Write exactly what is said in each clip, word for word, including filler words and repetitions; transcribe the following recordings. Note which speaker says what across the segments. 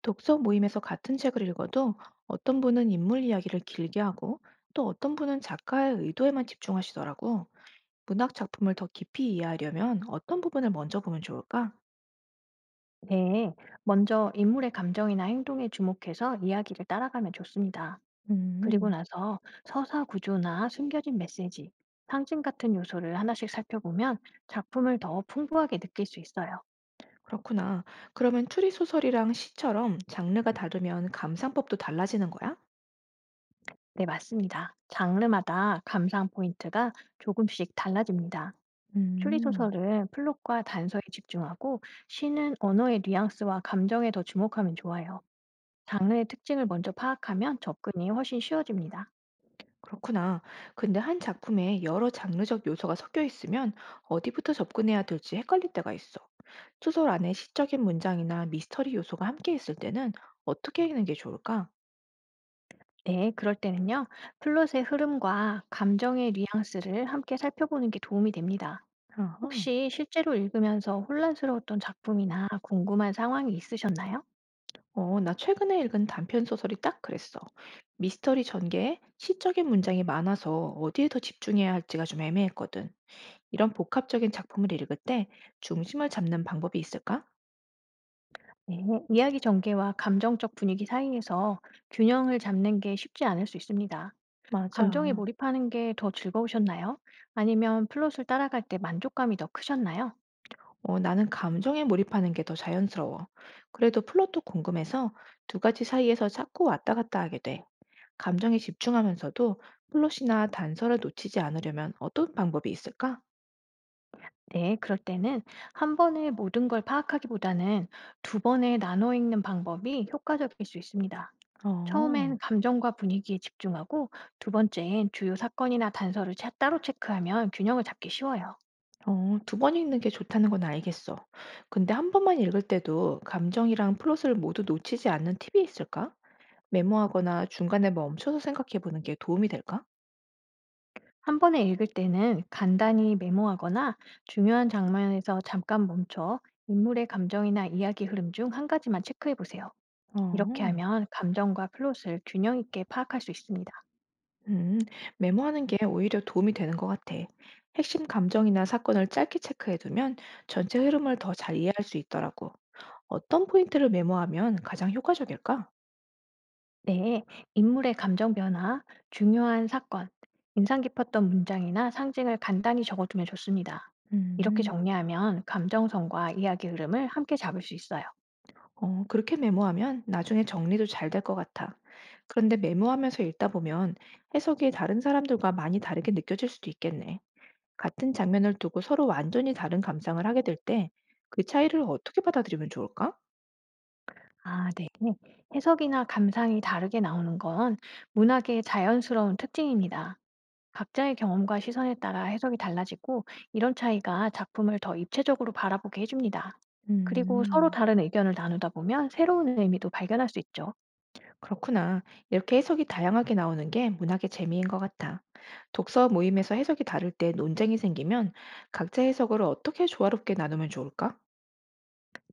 Speaker 1: 독서 모임에서 같은 책을 읽어도 어떤 분은 인물 이야기를 길게 하고 또 어떤 분은 작가의 의도에만 집중하시더라고. 문학 작품을 더 깊이 이해하려면 어떤 부분을 먼저 보면 좋을까?
Speaker 2: 네, 먼저 인물의 감정이나 행동에 주목해서 이야기를 따라가면 좋습니다. 그리고
Speaker 1: 음,
Speaker 2: 나서 서사 구조나 숨겨진 메시지, 상징 같은 요소를 하나씩 살펴보면 작품을 더 풍부하게 느낄 수 있어요.
Speaker 1: 그렇구나. 그러면 추리 소설이랑 시처럼 장르가 다르면 감상법도 달라지는 거야?
Speaker 2: 네, 맞습니다. 장르마다 감상 포인트가 조금씩 달라집니다.
Speaker 1: 음.
Speaker 2: 추리소설은 플롯과 단서에 집중하고 시는 언어의 뉘앙스와 감정에 더 주목하면 좋아요. 장르의 특징을 먼저 파악하면 접근이 훨씬 쉬워집니다.
Speaker 1: 그렇구나. 근데 한 작품에 여러 장르적 요소가 섞여 있으면 어디부터 접근해야 될지 헷갈릴 때가 있어. 소설 안에 시적인 문장이나 미스터리 요소가 함께 있을 때는 어떻게 읽는 게 좋을까?
Speaker 2: 네, 그럴 때는요, 플롯의 흐름과 감정의 뉘앙스를 함께 살펴보는 게 도움이 됩니다.
Speaker 1: 아하.
Speaker 2: 혹시 실제로 읽으면서 혼란스러웠던 작품이나 궁금한 상황이 있으셨나요?
Speaker 1: 어, 나 최근에 읽은 단편 소설이 딱 그랬어. 미스터리 전개에 시적인 문장이 많아서 어디에 더 집중해야 할지가 좀 애매했거든. 이런 복합적인 작품을 읽을 때 중심을 잡는 방법이 있을까?
Speaker 2: 네, 이야기 전개와 감정적 분위기 사이에서 균형을 잡는 게 쉽지 않을 수 있습니다. 감정에
Speaker 1: 맞아.
Speaker 2: 몰입하는 게 더 즐거우셨나요? 아니면 플롯을 따라갈 때 만족감이 더 크셨나요?
Speaker 1: 어, 나는 감정에 몰입하는 게 더 자연스러워. 그래도 플롯도 궁금해서 두 가지 사이에서 자꾸 왔다 갔다 하게 돼. 감정에 집중하면서도 플롯이나 단서를 놓치지 않으려면 어떤 방법이 있을까?
Speaker 2: 네, 그럴 때는 한 번에 모든 걸 파악하기보다는 두 번에 나눠 읽는 방법이 효과적일 수 있습니다.
Speaker 1: 어,
Speaker 2: 처음엔 감정과 분위기에 집중하고 두 번째엔 주요 사건이나 단서를 차- 따로 체크하면 균형을 잡기 쉬워요.
Speaker 1: 어, 두 번 읽는 게 좋다는 건 알겠어. 근데 한 번만 읽을 때도 감정이랑 플롯을 모두 놓치지 않는 팁이 있을까? 메모하거나 중간에 멈춰서 생각해 보는 게 도움이 될까?
Speaker 2: 한 번에 읽을 때는 간단히 메모하거나 중요한 장면에서 잠깐 멈춰 인물의 감정이나 이야기 흐름 중 한 가지만 체크해 보세요. 이렇게
Speaker 1: 어.
Speaker 2: 하면 감정과 플롯을 균형 있게 파악할 수 있습니다.
Speaker 1: 음, 메모하는 게 오히려 도움이 되는 것 같아. 핵심 감정이나 사건을 짧게 체크해두면 전체 흐름을 더 잘 이해할 수 있더라고. 어떤 포인트를 메모하면 가장 효과적일까?
Speaker 2: 네, 인물의 감정 변화, 중요한 사건, 인상 깊었던 문장이나 상징을 간단히 적어두면 좋습니다. 이렇게
Speaker 1: 음,
Speaker 2: 정리하면 감정선과 이야기 흐름을 함께 잡을 수 있어요.
Speaker 1: 어, 그렇게 메모하면 나중에 정리도 잘 될 것 같아. 그런데 메모하면서 읽다 보면 해석이 다른 사람들과 많이 다르게 느껴질 수도 있겠네. 같은 장면을 두고 서로 완전히 다른 감상을 하게 될 때 그 차이를 어떻게 받아들이면 좋을까?
Speaker 2: 아, 네. 해석이나 감상이 다르게 나오는 건 문학의 자연스러운 특징입니다. 각자의 경험과 시선에 따라 해석이 달라지고 이런 차이가 작품을 더 입체적으로 바라보게 해줍니다. 그리고 서로
Speaker 1: 음.
Speaker 2: 다른 의견을 나누다 보면 새로운 의미도 발견할 수 있죠.
Speaker 1: 그렇구나. 이렇게 해석이 다양하게 나오는 게 문학의 재미인 것 같아. 독서 모임에서 해석이 다를 때 논쟁이 생기면 각자 해석을 어떻게 조화롭게 나누면 좋을까?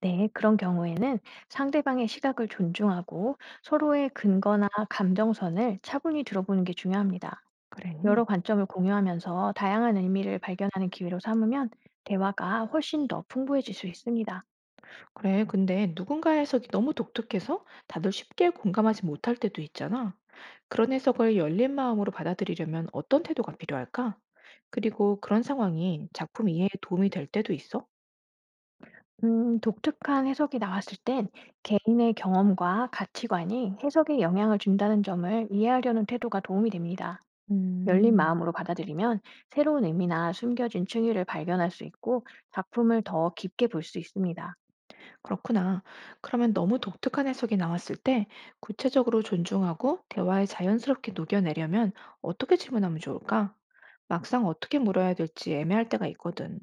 Speaker 2: 네, 그런 경우에는 상대방의 시각을 존중하고 서로의 근거나 감정선을 차분히 들어보는 게 중요합니다.
Speaker 1: 그래.
Speaker 2: 여러 관점을 공유하면서 다양한 의미를 발견하는 기회로 삼으면 대화가 훨씬 더 풍부해질 수 있습니다.
Speaker 1: 그래, 근데 누군가의 해석이 너무 독특해서 다들 쉽게 공감하지 못할 때도 있잖아. 그런 해석을 열린 마음으로 받아들이려면 어떤 태도가 필요할까? 그리고 그런 상황이 작품 이해에 도움이 될 때도 있어?
Speaker 2: 음, 독특한 해석이 나왔을 땐 개인의 경험과 가치관이 해석에 영향을 준다는 점을 이해하려는 태도가 도움이 됩니다. 열린
Speaker 1: 음.
Speaker 2: 마음으로 받아들이면 새로운 의미나 숨겨진 층위를 발견할 수 있고 작품을 더 깊게 볼 수 있습니다.
Speaker 1: 그렇구나. 그러면 너무 독특한 해석이 나왔을 때 구체적으로 존중하고 대화에 자연스럽게 녹여내려면 어떻게 질문하면 좋을까? 막상 어떻게 물어야 될지 애매할 때가 있거든.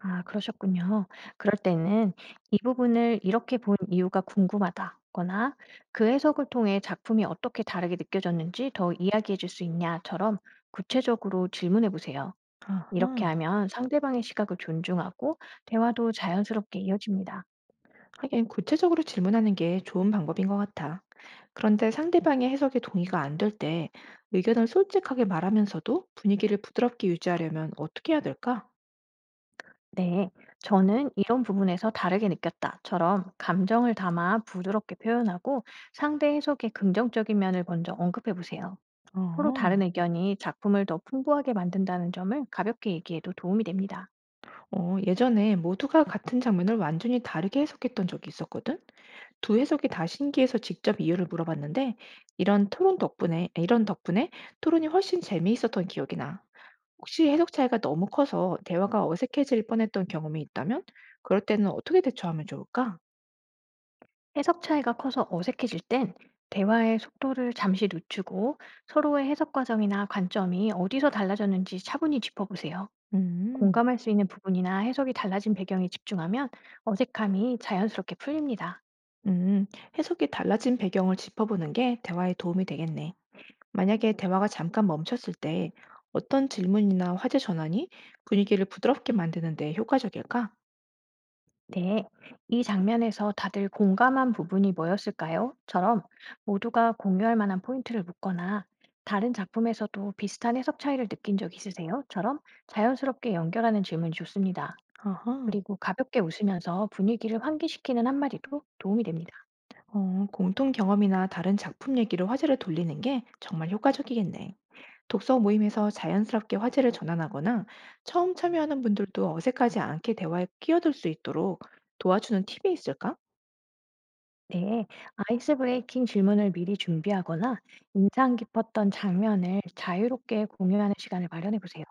Speaker 2: 아, 그러셨군요. 그럴 때는 "이 부분을 이렇게 본 이유가 궁금하다."거나 "그 해석을 통해 작품이 어떻게 다르게 느껴졌는지 더 이야기해 줄 수 있냐?"처럼 구체적으로 질문해 보세요. 이렇게
Speaker 1: 아하.
Speaker 2: 하면 상대방의 시각을 존중하고 대화도 자연스럽게 이어집니다.
Speaker 1: 하긴 구체적으로 질문하는 게 좋은 방법인 것 같아. 그런데 상대방의 해석에 동의가 안 될 때 의견을 솔직하게 말하면서도 분위기를 부드럽게 유지하려면 어떻게 해야 될까?
Speaker 2: "네, 저는 이런 부분에서 다르게 느꼈다."처럼 감정을 담아 부드럽게 표현하고 상대 해석의 긍정적인 면을 먼저 언급해 보세요. 서로 다른
Speaker 1: 어.
Speaker 2: 의견이 작품을 더 풍부하게 만든다는 점을 가볍게 얘기해도 도움이 됩니다.
Speaker 1: 어, 예전에 모두가 같은 장면을 완전히 다르게 해석했던 적이 있었거든. 두 해석이 다 신기해서 직접 이유를 물어봤는데 이런 토론 덕분에 이런 덕분에 토론이 훨씬 재미있었던 기억이 나. 혹시 해석 차이가 너무 커서 대화가 어색해질 뻔했던 경험이 있다면 그럴 때는 어떻게 대처하면 좋을까?
Speaker 2: 해석 차이가 커서 어색해질 땐 대화의 속도를 잠시 늦추고 서로의 해석 과정이나 관점이 어디서 달라졌는지 차분히 짚어보세요.
Speaker 1: 음,
Speaker 2: 공감할 수 있는 부분이나 해석이 달라진 배경에 집중하면 어색함이 자연스럽게 풀립니다.
Speaker 1: 음, 해석이 달라진 배경을 짚어보는 게 대화에 도움이 되겠네. 만약에 대화가 잠깐 멈췄을 때 어떤 질문이나 화제 전환이 분위기를 부드럽게 만드는데 효과적일까?
Speaker 2: 네, "이 장면에서 다들 공감한 부분이 뭐였을까요? 처럼 모두가 공유할 만한 포인트를 묻거나 "다른 작품에서도 비슷한 해석 차이를 느낀 적 있으세요? 처럼 자연스럽게 연결하는 질문이 좋습니다.
Speaker 1: 아하.
Speaker 2: 그리고 가볍게 웃으면서 분위기를 환기시키는 한마디도 도움이 됩니다.
Speaker 1: 어, 공통 경험이나 다른 작품 얘기로 화제를 돌리는 게 정말 효과적이겠네. 독서 모임에서 자연스럽게 화제를 전환하거나 처음 참여하는 분들도 어색하지 않게 대화에 끼어들 수 있도록 도와주는 팁이 있을까?
Speaker 2: 네, 아이스 브레이킹 질문을 미리 준비하거나 인상 깊었던 장면을 자유롭게 공유하는 시간을 마련해 보세요.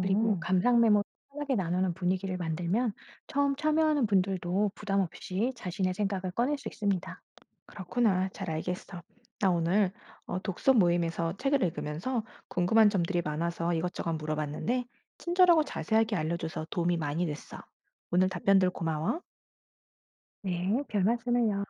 Speaker 2: 그리고 감상 메모를 편하게 나누는 분위기를 만들면 처음 참여하는 분들도 부담 없이 자신의 생각을 꺼낼 수 있습니다.
Speaker 1: 그렇구나. 잘 알겠어. 나 오늘 어, 독서 모임에서 책을 읽으면서 궁금한 점들이 많아서 이것저것 물어봤는데, 친절하고 자세하게 알려줘서 도움이 많이 됐어. 오늘 답변들 고마워.
Speaker 2: 네, 별 말씀을요.